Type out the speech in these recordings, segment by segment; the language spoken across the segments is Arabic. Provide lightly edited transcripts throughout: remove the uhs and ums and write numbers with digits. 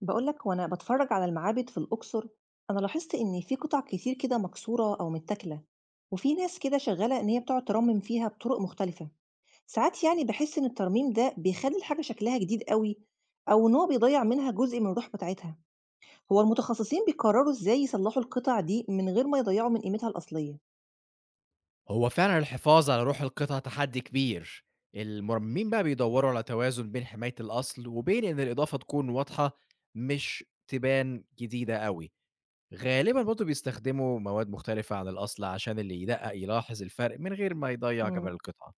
بقولك وأنا بتفرج على المعابد في الأقصر، أنا لاحظت إن في قطع كتير كده مكسورة أو متاكلة، وفي ناس كده شغالة إن هي بتقعد ترمم فيها بطرق مختلفة. ساعات يعني بحس إن الترميم ده بيخلي الحاجة شكلها جديد قوي، أو إن هو بيضيع منها جزء من الروح بتاعتها. هو المتخصصين بيقرروا إزاي يصلحوا القطع دي من غير ما يضيعوا من قيمتها الأصلية؟ هو فعلًا الحفاظ على روح القطعة تحدي كبير، المُرَمِّمين بقى بيدوّروا على توازن بين حماية الأصل وبين إن الإضافة تكون واضحة مش تبان جديدة أوي، غالبًا برضه بيستخدموا مواد مختلفة عن الأصل عشان اللي يدقّق يلاحظ الفرق من غير ما يضيّع جمال مم. القطعة.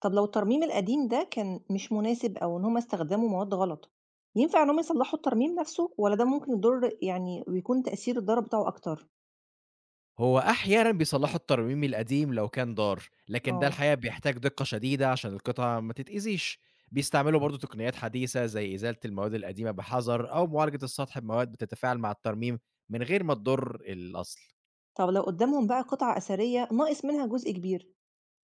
طب لو الترميم القديم ده كان مش مناسب أو إن هم استخدموا مواد غلط، ينفع إن هم يصلحوا الترميم نفسه ولا ده ممكن يضر يعني ويكون تأثير الضرر بتاعه أكتر؟ هو أحيانًا بيصلّحوا الترميم القديم لو كان دار، لكن ده آه. الحقيقة بيحتاج دقة شديدة عشان القطع ما تتأذيش. بيستعملوا برضه تقنيات حديثة زي إزالة المواد القديمة بحذر أو معالجة السطح بمواد بتتفاعل مع الترميم من غير ما تضر الأصل. طب لو قدّامهم بقى قطعة أثرية ناقص منها جزء كبير،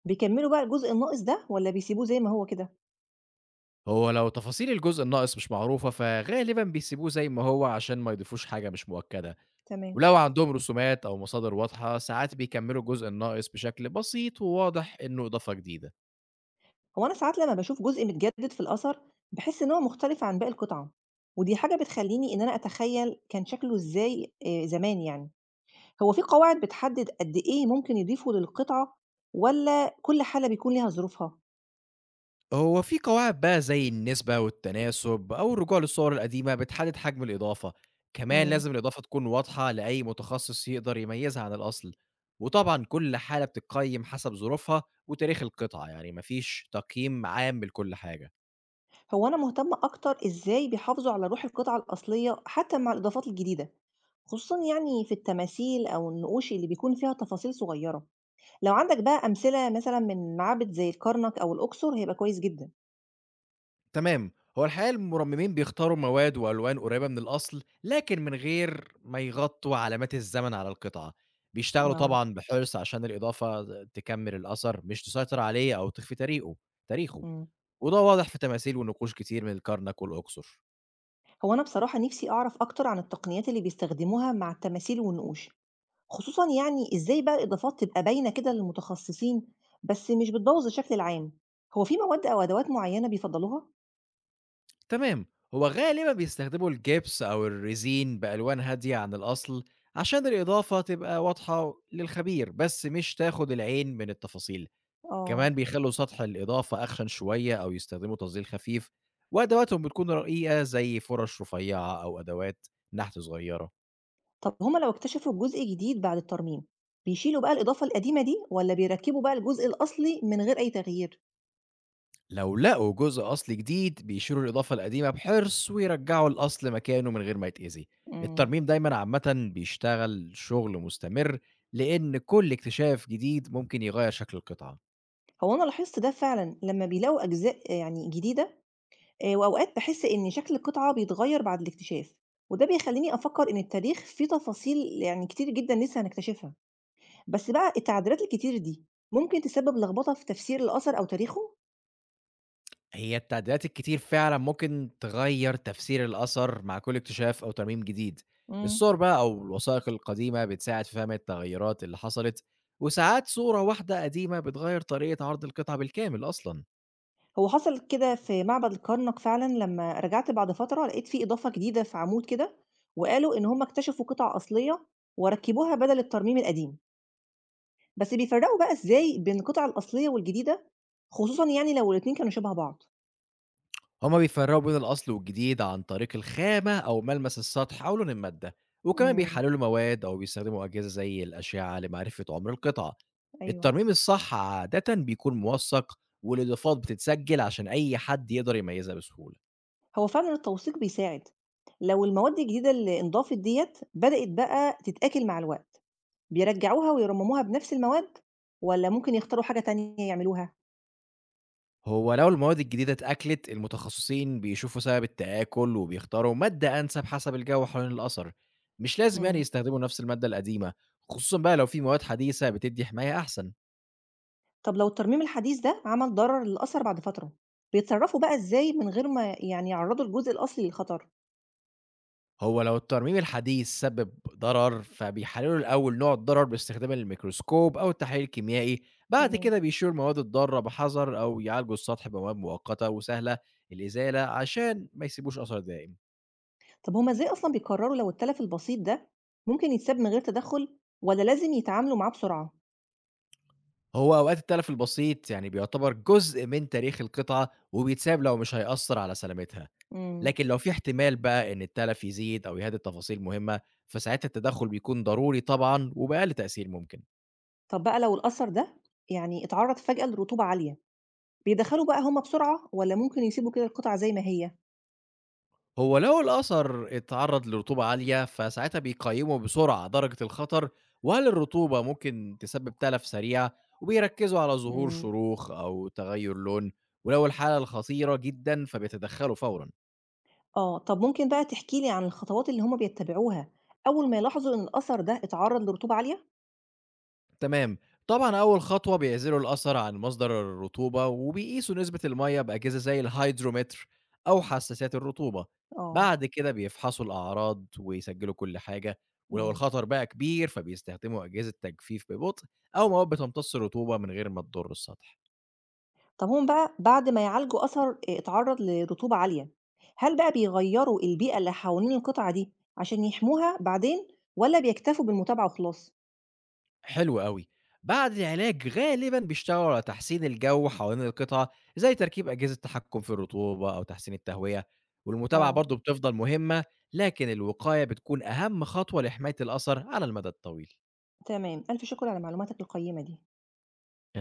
بيكمّلوا بقى الجزء الناقص ده والّا بيسيبوه زي ما هو كده؟ هو لو تفاصيل الجزء الناقص مش معروفة، فغالبًا بيسيبوه زي ما هو عشان ما يضيفوش حاجة مش مؤكدة، تمام. ولو عندهم رسومات أو مصادر واضحة، ساعات بيكمّلوا الجزء الناقص بشكل بسيط وواضح إنه إضافة جديدة. هو أنا ساعات لمّا باشوف جزء متجدد في الأثر، باحس إن هو مختلف عن باقي القطعة، ودي حاجة بتخلّيني إن أنا أتخيّل كان شكله إزاي زمان يعني. هو في قواعد بتحدد قد إيه ممكن يضيفوا للقطعة والّا كل حالة بيكون ليها ظروفها؟ هو في قواعد بقى زي النسبة والتناسب أو الرجوع للصور القديمة بتحدد حجم الإضافة، كمان إمم. لازم الإضافة تكون واضحة لأي متخصص يقدر يميزها عن الأصل، وطبعًا كل حالة بتتقيم حسب ظروفها وتاريخ القطعة، يعني ما فيش تقييم عام لكل حاجة. هو أنا مهتمة أكتر إزاي بيحافظوا على روح القطعة الأصلية حتى مع الإضافات الجديدة، خصوصا يعني في التماثيل أو النقوش اللي بيكون فيها تفاصيل صغيرة. لو عندك بقى أمثلة مثلا من معابد زي الكرنك أو الأقصر هيبقى كويس جدا. تمام، هو الحقيقة المصممين بيختاروا مواد وألوان قريبة من الأصل، لكن من غير ما يغطوا علامات الزمن على القطعة، بيشتغلوا اه. طبعًا بحرص عشان الإضافة تكمل الأثر مش تسيطر عليه أو تخفي تاريخه. أمم. وده واضح في تماثيل ونقوش كتير من الكرنك والأقصر. هو أنا بصراحة نفسي أعرف أكتر عن التقنيات اللي بيستخدموها مع التماثيل والنقوش، خصوصا يعني إزاي بقى الإضافات تبقى باينة كده للمتخصصين بس مش بتبوظ الشكل العام. هو في مواد أو أدوات معينة بيفضلوها؟ تمام، هو غالبًا بيستخدموا الجبس أو الريزين بألوان هادية عن الأصل عشان الإضافة تبقى واضحة للخبير، بس مش تاخد العين من التفاصيل. اه. كمان بيخلّوا سطح الإضافة أخشن شوية أو يستخدموا تظليل خفيف، وأدواتهم بتكون رقيقة زي فرش رفيّعة أو أدوات نحت صغيرة. طب هُم لو اكتشفوا جزء جديد بعد الترميم، بيشيلوا بقى الإضافة القديمة دي والّا بيركّبوا بقى الجزء الأصلي من غير أي تغيير؟ لو لقوا جزء أصلي جديد بيشيلوا الإضافة القديمة بحرص ويرجعوا الأصل مكانه من غير ما يتأذي. إمم. الترميم دايمًا عامةً بيشتغل شغل مستمر، لإن كل اكتشاف جديد ممكن يغير شكل القطعة. هو أنا لاحظت ده فعلًا لمّا بيلاقوا أجزاء يعني جديدة وأوقات باحس إن شكل القطعة بيتغيّر بعد الاكتشاف، وده بيخلّيني أفكّر إن التاريخ فيه تفاصيل يعني كتير جدًا لسه هنكتشفها، بس بقى التعديلات الكتير دي ممكن تسبب لخبطة في تفسير الأثر أو تاريخه؟ هي التعديلات الكتير فعلًا ممكن تغير تفسير الأثر مع كل اكتشاف أو ترميم جديد. إمم. الصور بقى أو الوثائق القديمة بتساعد في فهم التغيرات اللي حصلت، وساعات صورة واحدة قديمة بتغير طريقة عرض القطعة بالكامل أصلًا. هو حصل كده في معبد الكرنك فعلًا لمّا رجعت بعد فترة، لقيت في إضافة جديدة في عمود كده، وقالوا إن هم اكتشفوا قطع أصلية وركبوها بدل الترميم القديم، بس بيفرقوا بقى إزاي بين القطع الأصلية والجديدة، خصوصًا يعني لو الاتنين كانوا شبه بعض؟ هما بيفرقوا بين الأصل والجديد عن طريق الخامة أو ملمس السطح أو لون المادة، وكمان امم، بيحللوا مواد أو بيستخدموا أجهزة زي الأشعة لمعرفة عمر القطعة. أيوه. الترميم الصح عادة بيكون موثق، والإضافات بتتسجل عشان أي حد يقدر يميزها بسهولة. هو فعلًا التوثيق بيساعد. لو المواد الجديدة اللي انضافت ديّة بدأت بقى تتآكل مع الوقت، بيرجعوها ويرمموها بنفس المواد، والّا ممكن يختاروا حاجة تانية يعملوها؟ هو لو المواد الجديدة اتأكلت، المتخصصين بيشوفوا سبب التآكل وبيختاروا مادة أنسب حسب الجو حوالين الأثر، مش لازم يعني امم. يستخدموا نفس المادة القديمة، خصوصا بقى لو في مواد حديثة بتدي حماية أحسن. طب لو الترميم الحديث ده عمل ضرر للأثر بعد فترة، بيتصرفوا بقى إزاي من غير ما يعني يعرضوا الجزء الأصلي للخطر؟ هو لو الترميم الحديث سبب ضرر، فبيحللوا الأول نوع الضرر باستخدام الميكروسكوب أو التحليل الكيميائي، بعد تمام. كده بيشيلوا المواد الضارة بحذر أو يعالجوا السطح بمواد مؤقتة وسهلة الإزالة عشان ما يسيبوش أثر دائم. طب هما إزاي أصلا بيقرروا لو التلف البسيط ده ممكن يتساب من غير تدخل ولا لازم يتعاملوا معاه بسرعة؟ هو أوقات التلف البسيط يعني بيعتبر جزء من تاريخ القطعة وبيتساب لو مش هيأثر على سلامتها، مم. لكن لو في احتمال بقى إن التلف يزيد أو يهدد تفاصيل مهمة، فساعتها التدخل بيكون ضروري طبعا وبأقل تأثير ممكن. طب بقى لو الأثر ده يعني اتعرض فجأة لرطوبة عالية، بيدخلوا بقى هما بسرعة ولا ممكن يسيبوا كده القطعة زي ما هي؟ هو لو الأثر اتعرّض لرطوبة عالية، فساعتها بيقيّموا بسرعة درجة الخطر وهل الرطوبة ممكن تسبب تلف سريع، وبيركّزوا على ظهور مم. شروخ أو تغيُّر لون، ولو الحالة الخطيرة جدًا فبيتدخّلوا فورًا. آه. طب ممكن بقى تحكي لي عن الخطوات اللي هما بيتبعوها أول ما يلاحظوا إن الأثر ده اتعرض لرطوبة عالية؟ تمام. طبعًا أول خطوة بيعزلوا الأثر عن مصدر الرطوبة، وبيقيسوا نسبة المَيّة بأجهزة زي الهيدرومتر أو حساسات الرطوبة. آه. بعد كده بيفحصوا الأعراض ويسجلوا كل حاجة، ولو مم. الخطر بقى كبير فبيستخدموا أجهزة تجفيف ببطء أو مواد بتمتص الرطوبة من غير ما تضر السطح. طب هم بقى بعد ما يعالجوا أثر اتعرض لرطوبة عالية، هل بقى بيغيّروا البيئة اللي حوالين القطعة دي عشان يحموها بعدين والّا بيكتفوا بالمتابعة وخلاص؟ حلو أوي. بعد العلاج غالبًا بيشتغلوا على تحسين الجو حوالين القطعة، زي تركيب أجهزة تحكم في الرطوبة أو تحسين التهوية، والمتابعة آه، برضه بتفضل مهمة، لكن الوقاية بتكون أهم خطوة لحماية الأثر على المدى الطويل. تمام، ألف شكر على معلوماتك القيّمة دي.